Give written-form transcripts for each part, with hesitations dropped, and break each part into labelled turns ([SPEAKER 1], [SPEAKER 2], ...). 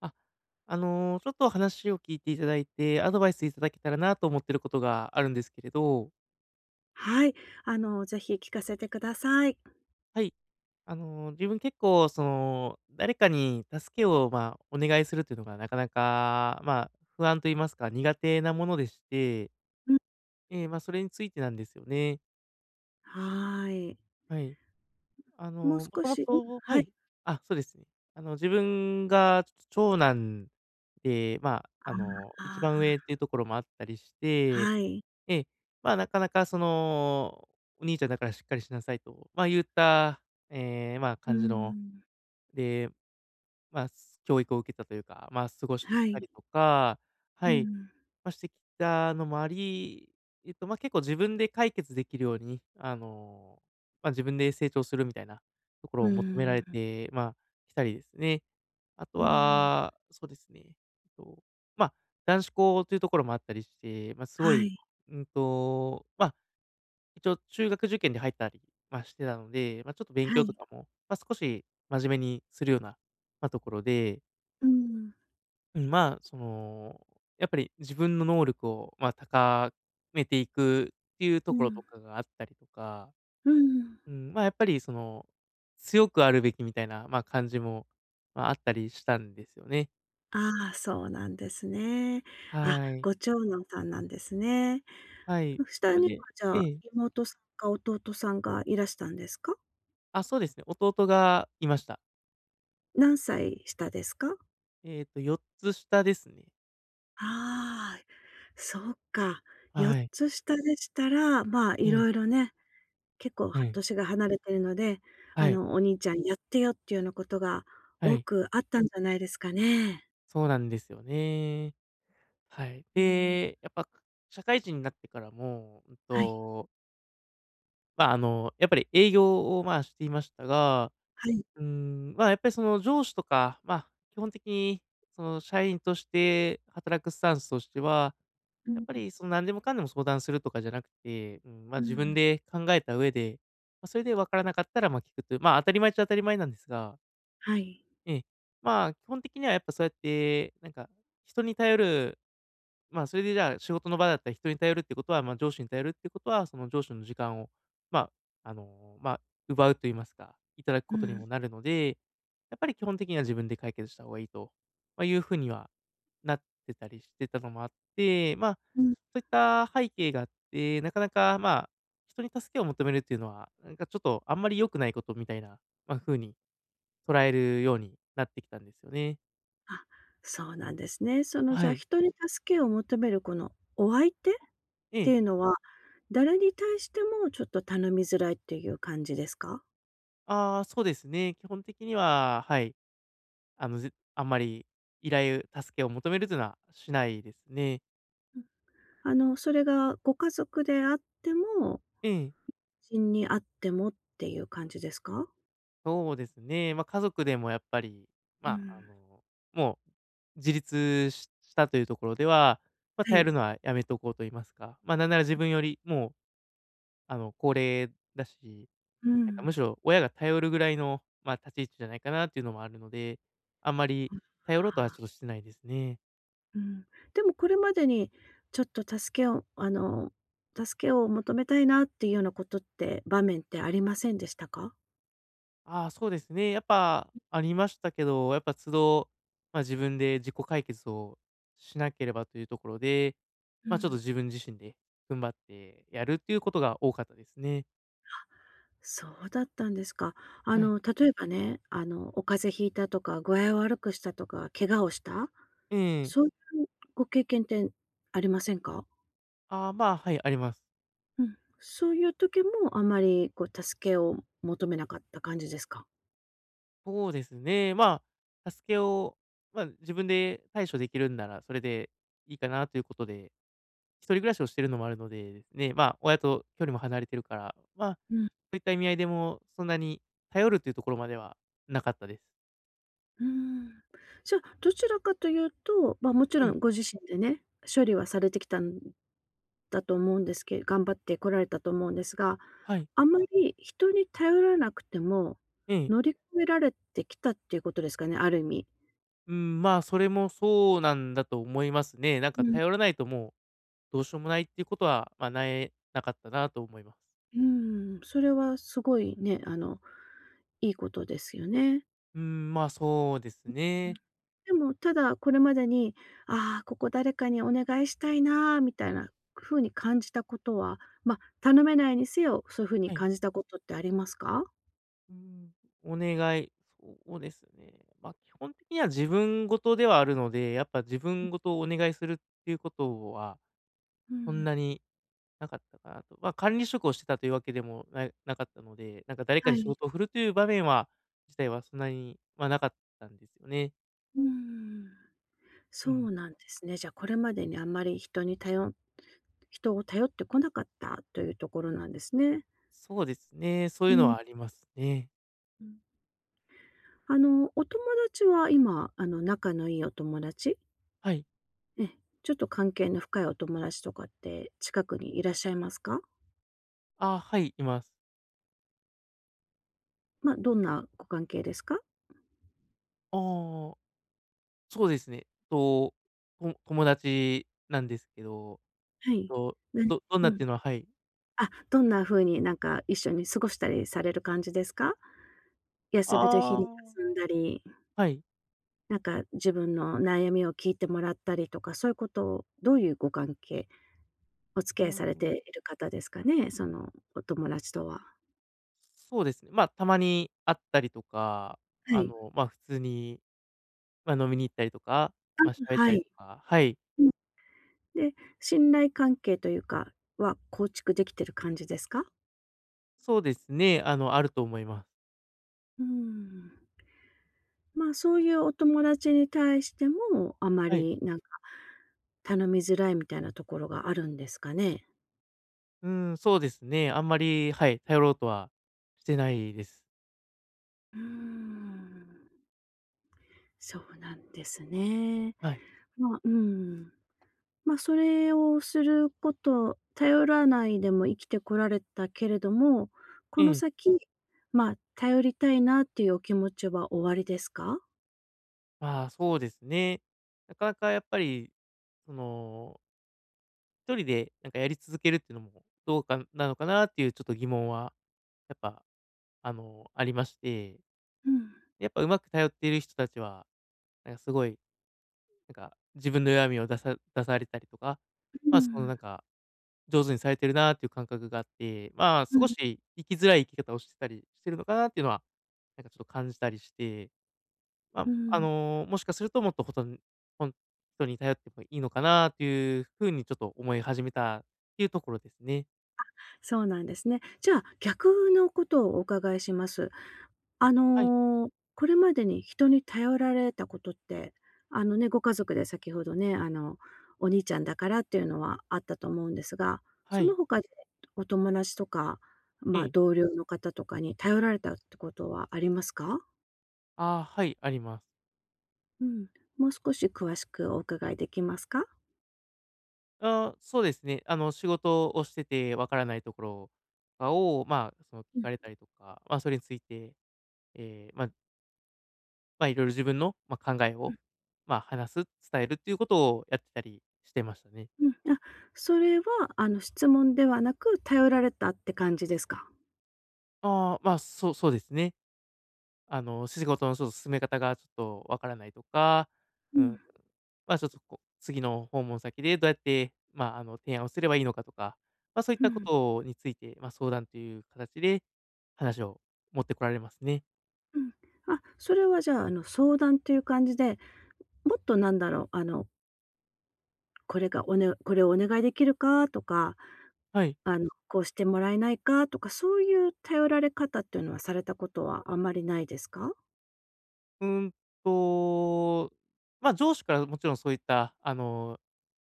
[SPEAKER 1] あ、あの、ちょっと話を聞いていただいて、アドバイスいただけたらなと思ってることがあるんですけれど、
[SPEAKER 2] はい、ぜひ聞かせてください。
[SPEAKER 1] はい。あの、自分結構、その、誰かに助けを、まあ、お願いするっていうのがなかなか、まあ、不安と言いますか、苦手なものでして、
[SPEAKER 2] うん、
[SPEAKER 1] ええ、まあ、それについてなんですよね。
[SPEAKER 2] はい。
[SPEAKER 1] はい。あ
[SPEAKER 2] もう
[SPEAKER 1] の、も
[SPEAKER 2] 少
[SPEAKER 1] とも
[SPEAKER 2] しうん、
[SPEAKER 1] とは
[SPEAKER 2] はい。
[SPEAKER 1] い。あ、そうですね。あの、自分がちょっと長男で、まあ、あの、一番
[SPEAKER 2] あ
[SPEAKER 1] 上っていうところもあったりし
[SPEAKER 2] あ、
[SPEAKER 1] て、
[SPEAKER 2] はい。
[SPEAKER 1] ええ、まあ、なかなかその、お兄ちゃんだからしっかりしなさいと、まあ、言った、ええ、まあ、
[SPEAKER 2] うー
[SPEAKER 1] 感じの、
[SPEAKER 2] ん、
[SPEAKER 1] で、まあ、教育を受けたというか、まあ、過ごしてき
[SPEAKER 2] は
[SPEAKER 1] た
[SPEAKER 2] い。
[SPEAKER 1] りとか、は
[SPEAKER 2] う
[SPEAKER 1] い、
[SPEAKER 2] ん、
[SPEAKER 1] まあ、してきたのもあり、まあ、結構自分で解決できるように、あの、まあ、自分で成長するみたいなところ
[SPEAKER 2] う
[SPEAKER 1] を求めら
[SPEAKER 2] ー
[SPEAKER 1] れ
[SPEAKER 2] ん、
[SPEAKER 1] て、まあ、きたりですね。あと
[SPEAKER 2] うん、
[SPEAKER 1] は、そうですね、と、まあ、男子校というところもあったりして、まあ、すご
[SPEAKER 2] は
[SPEAKER 1] い、
[SPEAKER 2] い、
[SPEAKER 1] まあ、一応中学受験で入ったり、まあ、してたので、まあ、ちょっと勉
[SPEAKER 2] は
[SPEAKER 1] 強と
[SPEAKER 2] い。
[SPEAKER 1] かも、まあ、少し真面目にするような、まあ、ところで、
[SPEAKER 2] うん、
[SPEAKER 1] うん、まあ、その、やっぱり自分の能力を、まあ、高めていくっていうと
[SPEAKER 2] う
[SPEAKER 1] ころと
[SPEAKER 2] ん、
[SPEAKER 1] かがあったりとか、
[SPEAKER 2] うん。
[SPEAKER 1] うん、まあ、やっぱりその、強くあるべきみたいな、まあ、感じも、まあ、あったりしたんですよね。
[SPEAKER 2] ああ、そうなんですね。あ、
[SPEAKER 1] はい。
[SPEAKER 2] ご長男さんなんですね。
[SPEAKER 1] はい。
[SPEAKER 2] う下
[SPEAKER 1] ま、
[SPEAKER 2] には、
[SPEAKER 1] で、
[SPEAKER 2] じゃ
[SPEAKER 1] え
[SPEAKER 2] あ、
[SPEAKER 1] え。
[SPEAKER 2] 妹さんか弟さんがいらしたんですか？
[SPEAKER 1] あ、そうですね、弟がいました。
[SPEAKER 2] 何歳下ですか？
[SPEAKER 1] えっと、4つ下ですね。
[SPEAKER 2] ああ。そうか。4
[SPEAKER 1] はい。
[SPEAKER 2] つ下でしたら、まあ、
[SPEAKER 1] え
[SPEAKER 2] い
[SPEAKER 1] え、
[SPEAKER 2] ろいろね、結構
[SPEAKER 1] え
[SPEAKER 2] は
[SPEAKER 1] え、
[SPEAKER 2] 年が離れてるので、
[SPEAKER 1] はい。
[SPEAKER 2] お兄ちゃんやってよっていうようなことが
[SPEAKER 1] は
[SPEAKER 2] 多
[SPEAKER 1] い、
[SPEAKER 2] くあったんじゃないですかね。
[SPEAKER 1] そうなんですよね。はい。
[SPEAKER 2] うん。
[SPEAKER 1] で、やっぱ、社会人になってからも、
[SPEAKER 2] はい、
[SPEAKER 1] まあ、あの、やっぱり営業を、まあ、していましたが、
[SPEAKER 2] はい。
[SPEAKER 1] うーん、まあ、やっぱりその上司とか、まあ、基本的に、その社員として働くスタンスとしては、
[SPEAKER 2] う
[SPEAKER 1] やっ
[SPEAKER 2] ん、
[SPEAKER 1] ぱりその何でもかんでも相談するとかじゃなくて、うん、まあ、
[SPEAKER 2] う
[SPEAKER 1] 自分
[SPEAKER 2] ん。
[SPEAKER 1] で考えた上で、まあ、それで分からなかったら、ま、聞くという、まあ、当たり前っちゃ当たり前なんですが、
[SPEAKER 2] はい。
[SPEAKER 1] ええ、まあ、基本的にはやっぱそうやって、なんか、人に頼る、まあ、それでじゃあ、仕事の場だったら人に頼るってことは、まあ、上司に頼るってことは、その上司の時間を、まあ、あの、まあ、奪うと言いますか、いただく
[SPEAKER 2] う
[SPEAKER 1] ことに
[SPEAKER 2] ん、
[SPEAKER 1] もなるので、やっぱり基本的には自分で解決した方がいいと、まあ、いうふうにはなってたりしてたのもあって、まあ、
[SPEAKER 2] うん。
[SPEAKER 1] そういった背景があって、なかなか、まあ、人に助けを求めるっていうのは、なんかちょっとあんまり良くないことみたいな、まあ、ふうに捉えるようになってきたんですよね。
[SPEAKER 2] あ、そうなんですね。じ
[SPEAKER 1] は
[SPEAKER 2] ゃあ、
[SPEAKER 1] い。
[SPEAKER 2] 人に助けを求めるこのお相手っ
[SPEAKER 1] え
[SPEAKER 2] て
[SPEAKER 1] え。
[SPEAKER 2] いうのは、誰に対してもちょっと頼みづらいっていう感じですか？
[SPEAKER 1] ああ、そうですね。基本的には、はい。あの、あんまり助けを求めるというのはしないですね。
[SPEAKER 2] それがご家族であっても
[SPEAKER 1] ええ、
[SPEAKER 2] ちにあってもっていう感じですか？
[SPEAKER 1] そうですね。まあ、家族でもやっぱり、
[SPEAKER 2] う
[SPEAKER 1] まあ、あ
[SPEAKER 2] ん。
[SPEAKER 1] の、もう自立したというところでは、まあ、
[SPEAKER 2] は
[SPEAKER 1] 頼る
[SPEAKER 2] い。
[SPEAKER 1] のはやめとこうと言いますか、まあ、なんなら自分よりもう、あの、高齢だし、
[SPEAKER 2] う
[SPEAKER 1] なんか
[SPEAKER 2] ん。
[SPEAKER 1] むしろ親が頼るぐらいの、まあ、立ち位置じゃないかなっていうのもあるので、あんまり頼ろうとはち
[SPEAKER 2] ああ。
[SPEAKER 1] ょっとしてないですね。
[SPEAKER 2] うん。でもこれまでに、ちょっと助けを求めたいなっていうようなことって、場面ってありませんでしたか？
[SPEAKER 1] ああ、そうですね。やっぱありましたけど、やっぱ都度、まあ、自分で自己解決をしなければというところで、
[SPEAKER 2] う
[SPEAKER 1] まあ、ちょっと
[SPEAKER 2] ん。
[SPEAKER 1] 自分自身で踏ん張ってやるっていうことが多かったですね。
[SPEAKER 2] そうだったんですか。
[SPEAKER 1] はい。
[SPEAKER 2] 例えばね、お風邪ひいたとか、具合を悪くしたとか、怪我をした、
[SPEAKER 1] ええ。
[SPEAKER 2] そういうご経験ってありませんか？
[SPEAKER 1] ああ、まあ、はい、あります。
[SPEAKER 2] うん。そういう時もあまりこう助けを求めなかった感じですか？
[SPEAKER 1] そうですね。まあ、助けを、まあ、自分で対処できるんなら、それでいいかなということで一人暮らしをしてるのもあるのでですね、まあ、親と距離も離れてるから、まあ、
[SPEAKER 2] うん
[SPEAKER 1] そういった意味合いでも、そんなに頼るというところまではなかったです。
[SPEAKER 2] うーん。じゃあ、どちらかというと、まあ、もち
[SPEAKER 1] は
[SPEAKER 2] ろ
[SPEAKER 1] い。
[SPEAKER 2] んご自身でね、処理はされてきたんだと思うんですけど頑張ってこられたと思うんですが、
[SPEAKER 1] はい。
[SPEAKER 2] あまり人に頼らなくても、
[SPEAKER 1] ええ。
[SPEAKER 2] 乗り越えられてきたっていうことですかね、ある意味。
[SPEAKER 1] うん、まあ、それもそうなんだと思いますね。なん
[SPEAKER 2] う
[SPEAKER 1] か
[SPEAKER 2] ん、
[SPEAKER 1] 頼らないともうどうしようもないっていうことは、まあ、ない、なかったなと思います。
[SPEAKER 2] うん、それはすごいね、いいことですよね。
[SPEAKER 1] うん、まあ、そうですね。
[SPEAKER 2] でも、ただこれまでに、ああ、ここ誰かにお願いしたいなみたいな風に感じたことは、ま、頼めないにせよ、そういう風に
[SPEAKER 1] はい。
[SPEAKER 2] 感じたことってありますか？
[SPEAKER 1] うん、お願い。そうですね。まあ、基本的には自分事ではあるので、やっぱ自分事をお願いするっていうことは、
[SPEAKER 2] う
[SPEAKER 1] そん
[SPEAKER 2] ん。
[SPEAKER 1] なになかったかなと。ま、あ管理職をしてたというわけでもなかったので、なんか誰か
[SPEAKER 2] は
[SPEAKER 1] に仕
[SPEAKER 2] い。
[SPEAKER 1] 事を振るという場面は自体はそんなに、ま、あなかったんですよね。
[SPEAKER 2] うーん。
[SPEAKER 1] う
[SPEAKER 2] そ
[SPEAKER 1] ん。
[SPEAKER 2] うなんですね。じゃ、これまでにあんまり人にたよ人を頼ってこなかったというところなんですね。
[SPEAKER 1] そうですね、そう
[SPEAKER 2] う
[SPEAKER 1] いうの
[SPEAKER 2] ん。
[SPEAKER 1] はありますね。
[SPEAKER 2] うん。お友達は今、仲のいいお友達、
[SPEAKER 1] はい。
[SPEAKER 2] ええ、ちょっと関係の深いお友達とかって近くにいらっしゃいますか？
[SPEAKER 1] あ、はい、います。
[SPEAKER 2] まあ、どんなご関係ですか？
[SPEAKER 1] ああ、そうですね。友達なんですけど、
[SPEAKER 2] はい。
[SPEAKER 1] と、
[SPEAKER 2] なに
[SPEAKER 1] どん
[SPEAKER 2] う
[SPEAKER 1] なっ
[SPEAKER 2] ん。
[SPEAKER 1] ていうのは、はい。
[SPEAKER 2] あ、どんな風になんか一緒に過ごしたりされる感じですか？休みの日
[SPEAKER 1] ああ、
[SPEAKER 2] に遊んだり、
[SPEAKER 1] はい。
[SPEAKER 2] なんか自分の悩みを聞いてもらったりとか、そういうことをどういうご関係、お付き
[SPEAKER 1] う
[SPEAKER 2] 合いされ
[SPEAKER 1] ん。
[SPEAKER 2] ている方ですかね？そのお友達とは。
[SPEAKER 1] そうですね、ま、あたまに会ったりとか、
[SPEAKER 2] は
[SPEAKER 1] あ
[SPEAKER 2] い。
[SPEAKER 1] の、ま、あ普通にまあ、飲みに行ったりとか、まあ、
[SPEAKER 2] あ、
[SPEAKER 1] 喋った
[SPEAKER 2] は
[SPEAKER 1] り
[SPEAKER 2] い。
[SPEAKER 1] とか、はい。
[SPEAKER 2] うん。で、信頼関係というかは構築できてる感じですか？
[SPEAKER 1] そうですね、あの、あると思います。
[SPEAKER 2] うーん。ま、そういうお友達に対しても、あま
[SPEAKER 1] はい。
[SPEAKER 2] りなんか、頼みづらいみたいなところがあるんですかね？
[SPEAKER 1] うん、そうですね。あんまり、はい、頼ろうとはしてないです。
[SPEAKER 2] うーん、そうなんですね。
[SPEAKER 1] はい。
[SPEAKER 2] まあ、うん。まあ、それをすること頼らないでも生きてこられたけれども、
[SPEAKER 1] え
[SPEAKER 2] この
[SPEAKER 1] え。
[SPEAKER 2] 先、まあ、頼りたいなっていうお気持ちはおありですか？
[SPEAKER 1] まあ、そうですね。なかなかやっぱり、その、一人でなんかやり続けるっていうのもどうかなのかなっていうちょっと疑問は、やっぱ、あの、ありまして、
[SPEAKER 2] うん、
[SPEAKER 1] やっぱうまく頼っている人たちは、なんかすごい、なんか自分の弱みを出されたりとか、
[SPEAKER 2] う
[SPEAKER 1] まあ、そのな
[SPEAKER 2] ん、
[SPEAKER 1] んか上手にされてるなっていう感覚があって、まあ、
[SPEAKER 2] う
[SPEAKER 1] 少
[SPEAKER 2] ん、
[SPEAKER 1] し生きづらい生き方をしてたりしてるのかなっていうのは、なんかちょっと感じたりして、まあ、
[SPEAKER 2] う
[SPEAKER 1] あ
[SPEAKER 2] ん。
[SPEAKER 1] の、もしかするともっとほとんとに頼ってもいいのかなっていうふうにちょっと思い始めたっていうところですね。
[SPEAKER 2] そうなんですね。じゃあ、逆のことをお伺いします。あ
[SPEAKER 1] はい、
[SPEAKER 2] の、これまでに人に頼られたことって、あのね、ご家族で先ほどね、お兄ちゃんだからっていうのはあったと思うんですが、
[SPEAKER 1] は
[SPEAKER 2] その
[SPEAKER 1] い、
[SPEAKER 2] 他でお友達とか、
[SPEAKER 1] え
[SPEAKER 2] ま、
[SPEAKER 1] え。
[SPEAKER 2] 同僚の方とかに頼られたってことはありますか？
[SPEAKER 1] ああ、はい、あります。
[SPEAKER 2] うん、もう少し詳しくお伺いできますか？
[SPEAKER 1] あー、そうですね。あの、仕事をしててわからないところとかを、まあ、その聞
[SPEAKER 2] う
[SPEAKER 1] かれたりとか、まあ、それについて、ええ、まあ、いろいろ自分の、まあ、考えを、まあ、話す、伝えるっていうことをやってたりしてましたね。
[SPEAKER 2] ん、うん、あ、それは、質問ではなく、頼られたって感じですか？
[SPEAKER 1] ああ、まあ、そうですね。あの、仕事のちょっと進め方がちょっとわからないとか、
[SPEAKER 2] う
[SPEAKER 1] うん、
[SPEAKER 2] ん、
[SPEAKER 1] まあ、ちょっとこう、次の訪問先でどうやって、まあ、あの、提案をすればいいのかとか、まあ、そういっ
[SPEAKER 2] う
[SPEAKER 1] たこ
[SPEAKER 2] ん。
[SPEAKER 1] とについて、まあ、相談という形で話を持ってこられますね。
[SPEAKER 2] うん。あ、それはじゃあ、相談という感じで、もっとなんだろう、これをお願いできるかとか、
[SPEAKER 1] はい。
[SPEAKER 2] こうしてもらえないかとか、そういう頼られ方っていうのはされたことはあんまりないですか？
[SPEAKER 1] うーんと、まあ、上司からもちろんそういった、あの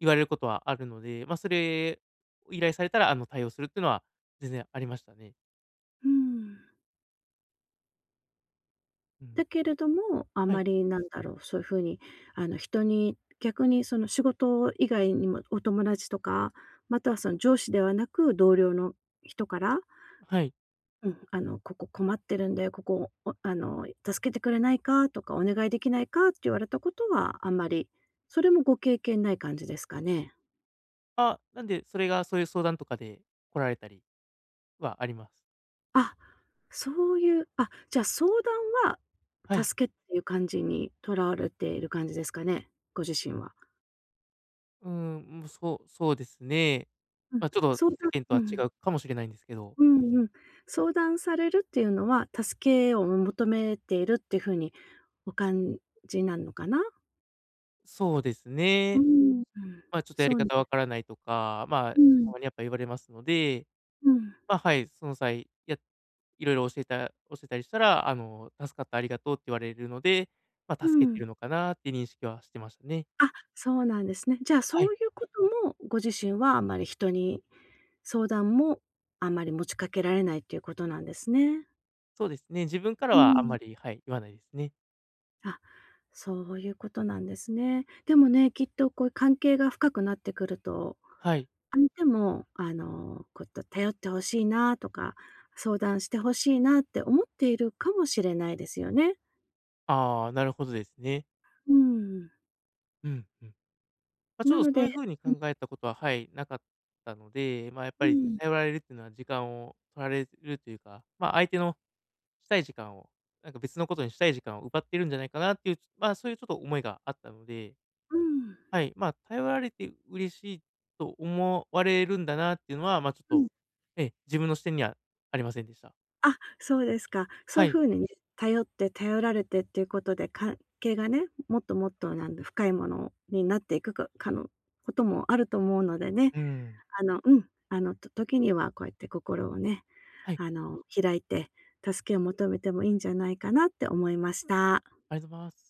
[SPEAKER 1] 言われることはあるので、ま、あそれを依頼されたら、あの、対応するっていうのは全然ありましたね。
[SPEAKER 2] うん。
[SPEAKER 1] うん。
[SPEAKER 2] だけれども、あ
[SPEAKER 1] は
[SPEAKER 2] ま
[SPEAKER 1] い、
[SPEAKER 2] りなんだろう、そういう風に、人に逆にその仕事以外にもお友達とか、またはその上司ではなく同僚の人から
[SPEAKER 1] はい。
[SPEAKER 2] うん、ここ困ってるんで、ここ、おあの、助けてくれないかとか、お願いできないかって言われたことはあんまり、それもご経験ない感じですかね？
[SPEAKER 1] あ、なんで、それがそういう相談とかで来られたりはあります。
[SPEAKER 2] あ、そういう、あ、じゃあ相談は、
[SPEAKER 1] はい。
[SPEAKER 2] 助けっていう感じにとらわれている感じですかね？ご自身は。
[SPEAKER 1] うーん、も、そうですね。
[SPEAKER 2] うん、
[SPEAKER 1] ま、あちょっと
[SPEAKER 2] 相談
[SPEAKER 1] 世間と
[SPEAKER 2] うん
[SPEAKER 1] は違
[SPEAKER 2] うん。
[SPEAKER 1] うかもしれないんですけど、
[SPEAKER 2] うん相談されるっていうのは、助けを求めているっていうふうにお感じなのかな？
[SPEAKER 1] そうです
[SPEAKER 2] う
[SPEAKER 1] ね。
[SPEAKER 2] ん、うん。
[SPEAKER 1] ま、あちょっとや
[SPEAKER 2] そ
[SPEAKER 1] り
[SPEAKER 2] うね。
[SPEAKER 1] 方わからないとか、まあ、
[SPEAKER 2] う
[SPEAKER 1] た
[SPEAKER 2] ん、
[SPEAKER 1] まにやっぱ言われますので、
[SPEAKER 2] うん、
[SPEAKER 1] ま、あはい、その際やっ、いろいろ教えたりしたら、あの、「助かった、ありがとう」って言われるので、ま
[SPEAKER 2] う
[SPEAKER 1] あ、助けて
[SPEAKER 2] ん。
[SPEAKER 1] るのかなって認識はしてましたね。
[SPEAKER 2] あ、そうなんですね。じゃあ、
[SPEAKER 1] は
[SPEAKER 2] そ
[SPEAKER 1] い。
[SPEAKER 2] ういうこともご自身はあんまり人に相談もあんまり持ちかけられないっていうことなんですね。
[SPEAKER 1] そうですね、自分から
[SPEAKER 2] う
[SPEAKER 1] はあん
[SPEAKER 2] ん。
[SPEAKER 1] まり、はい、言わないですね。
[SPEAKER 2] あ、そういうことなんですね。でもね、きっとこういう関係が深くなってくると、
[SPEAKER 1] はい。
[SPEAKER 2] 相手もこういった頼ってほしいなとか、相談してほしいなって思っているかもしれないですよね。
[SPEAKER 1] ああ、なるほどですね。
[SPEAKER 2] うん。
[SPEAKER 1] うん、うん。まあ、ち
[SPEAKER 2] な
[SPEAKER 1] ょっと
[SPEAKER 2] の
[SPEAKER 1] そ
[SPEAKER 2] で
[SPEAKER 1] ういうふうに
[SPEAKER 2] う
[SPEAKER 1] 考えたことは、はい、なかったので、まあ、やっぱり
[SPEAKER 2] ん。
[SPEAKER 1] 頼られるっていうのは時間を取られるというか、まあ、相手のしたい時間を、なんか別のことにしたい時間を奪ってるんじゃないかなっていう、まあ、そういうちょっと思いがあったので、
[SPEAKER 2] うん。うん。
[SPEAKER 1] はい、まあ、頼られて嬉しいと思われるんだなっていうのは、まあ、ちょっと、ええ、自分の視点にはありませんでした。
[SPEAKER 2] あ、そうですか。そう
[SPEAKER 1] は
[SPEAKER 2] いう
[SPEAKER 1] い。
[SPEAKER 2] 風にね、頼って頼られてっていうことで、関係がね、もっともっとなんだ深いものになっていくかのこともあると思うのでね、
[SPEAKER 1] うん。
[SPEAKER 2] うん、時にはこうやって心をね、
[SPEAKER 1] はい、
[SPEAKER 2] 開いて、助けを求めてもいいんじゃないかなって思いました。
[SPEAKER 1] ありがとうございます。